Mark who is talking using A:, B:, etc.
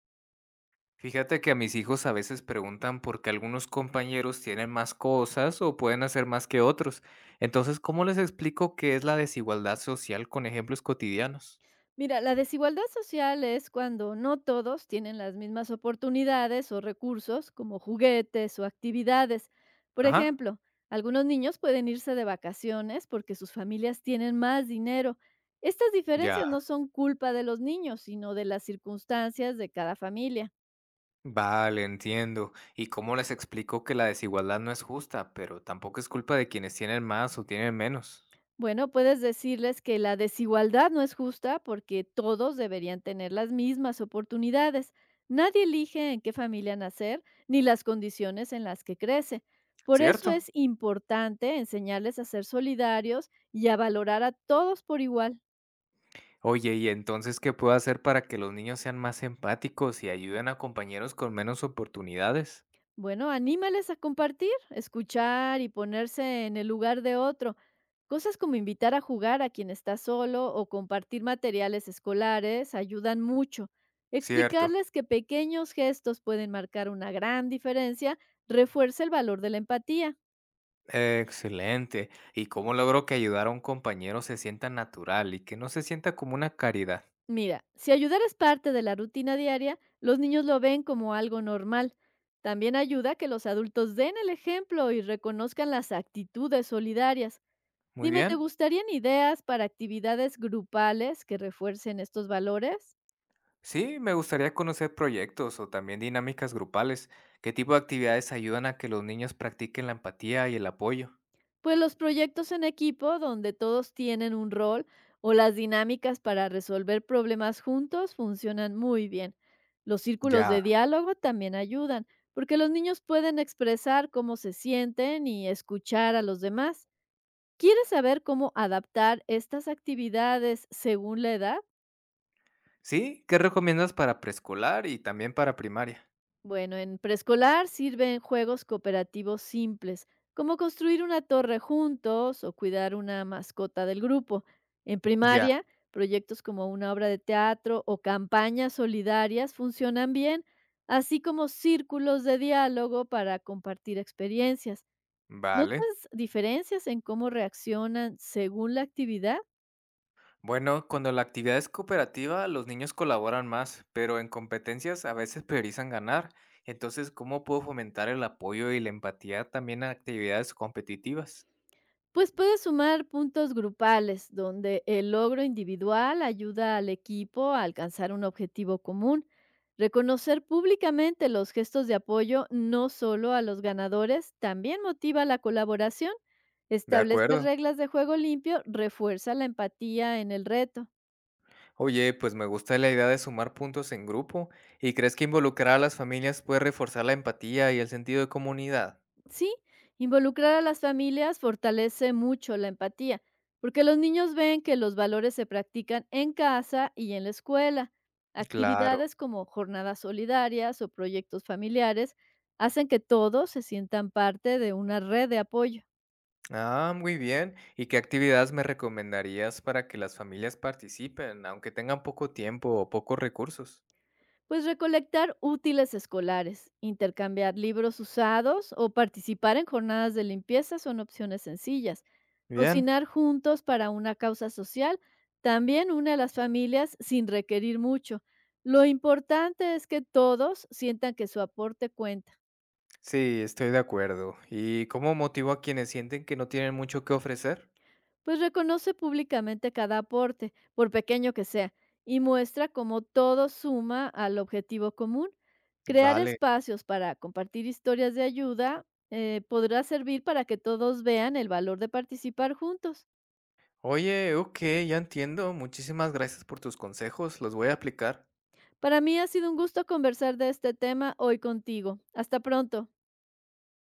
A: Fíjate que a mis hijos a veces preguntan por qué algunos compañeros tienen más cosas o pueden hacer más que otros. Entonces, ¿cómo les explico qué es la desigualdad social con ejemplos cotidianos?
B: Mira, la desigualdad social es cuando no todos tienen las mismas oportunidades o recursos, como juguetes o actividades. Por
A: Ajá.
B: ejemplo, algunos niños pueden irse de vacaciones porque sus familias tienen más dinero. Estas
A: Ya,
B: diferencias no son culpa de los niños, sino de las circunstancias de cada familia.
A: vale, entiendo. ¿Y cómo les explico que la desigualdad no es justa, pero tampoco es culpa de quienes tienen más o tienen menos?
B: Bueno, puedes decirles que la desigualdad no es justa porque todos deberían tener las mismas oportunidades. Nadie elige en qué familia nacer ni las condiciones en las que crece. Por eso
A: Cierto.
B: es importante enseñarles a ser solidarios y a valorar a todos por igual.
A: Oye, ¿y entonces qué puedo hacer para que los niños sean más empáticos y ayuden a compañeros con menos oportunidades?
B: Bueno, anímales a compartir, escuchar y ponerse en el lugar de otro. Cosas como invitar a jugar a quien está solo o compartir materiales escolares ayudan mucho.
A: Cierto.
B: Explicarles que pequeños gestos pueden marcar una gran diferencia refuerza el valor de la empatía.
A: Excelente. ¿Y cómo logro que ayudar a un compañero se sienta natural y que no se sienta como una caridad?
B: Mira, si ayudar es parte de la rutina diaria, los niños lo ven como algo normal. También ayuda que los adultos den el ejemplo y reconozcan las actitudes solidarias.
A: Muy
B: Dime, ¿te
A: bien.
B: gustarían ideas para actividades grupales que refuercen estos valores?
A: Sí, me gustaría conocer proyectos o también dinámicas grupales. ¿Qué tipo de actividades ayudan a que los niños practiquen la empatía y el apoyo?
B: Pues los proyectos en equipo donde todos tienen un rol o las dinámicas para resolver problemas juntos funcionan muy bien. Los círculos
A: Ya.
B: de diálogo también ayudan, porque los niños pueden expresar cómo se sienten y escuchar a los demás. ¿Quieres saber cómo adaptar estas actividades según la edad?
A: Sí, ¿qué recomiendas para preescolar y también para primaria?
B: Bueno, en preescolar sirven juegos cooperativos simples, como construir una torre juntos o cuidar una mascota del grupo. En
A: Ya.
B: primaria, proyectos como una obra de teatro o campañas solidarias funcionan bien, así como círculos de diálogo para compartir experiencias.
A: Vale.
B: ¿Notas diferencias en cómo reaccionan según la actividad?
A: Bueno, cuando la actividad es cooperativa, los niños colaboran más, pero en competencias a veces priorizan ganar. Entonces, ¿cómo puedo fomentar el apoyo y la empatía también a actividades competitivas?
B: Pues puedes sumar puntos grupales, donde el logro individual ayuda al equipo a alcanzar un objetivo común. Reconocer públicamente los gestos de apoyo, no solo a los ganadores, también motiva la colaboración.
A: De
B: Establecer
A: acuerdo.
B: reglas de juego limpio refuerza la empatía en el reto.
A: Oye, pues me gusta la idea de sumar puntos en grupo. ¿Y crees que involucrar a las familias puede reforzar la empatía y el sentido de comunidad?
B: Sí, involucrar a las familias fortalece mucho la empatía, porque los niños ven que los valores se practican en casa y en la escuela.
A: Claro.
B: Actividades como jornadas solidarias o proyectos familiares hacen que todos se sientan parte de una red de apoyo.
A: Ah, muy bien. ¿Y qué actividades me recomendarías para que las familias participen, aunque tengan poco tiempo o pocos recursos?
B: Pues recolectar útiles escolares, intercambiar libros usados o participar en jornadas de limpieza son opciones sencillas.
A: Bien.
B: Cocinar juntos para una causa social también une a las familias sin requerir mucho. Lo importante es que todos sientan que su aporte cuenta.
A: Sí, estoy de acuerdo. ¿Y cómo motivo a quienes sienten que no tienen mucho que ofrecer?
B: Pues reconoce públicamente cada aporte, por pequeño que sea, y muestra cómo todo suma al objetivo común. Crear
A: Vale.
B: espacios para compartir historias de ayuda podrá servir para que todos vean el valor de participar juntos.
A: Oye, ok, ya entiendo. Muchísimas gracias por tus consejos. Los voy a aplicar.
B: Para mí ha sido un gusto conversar de este tema hoy contigo. Hasta pronto.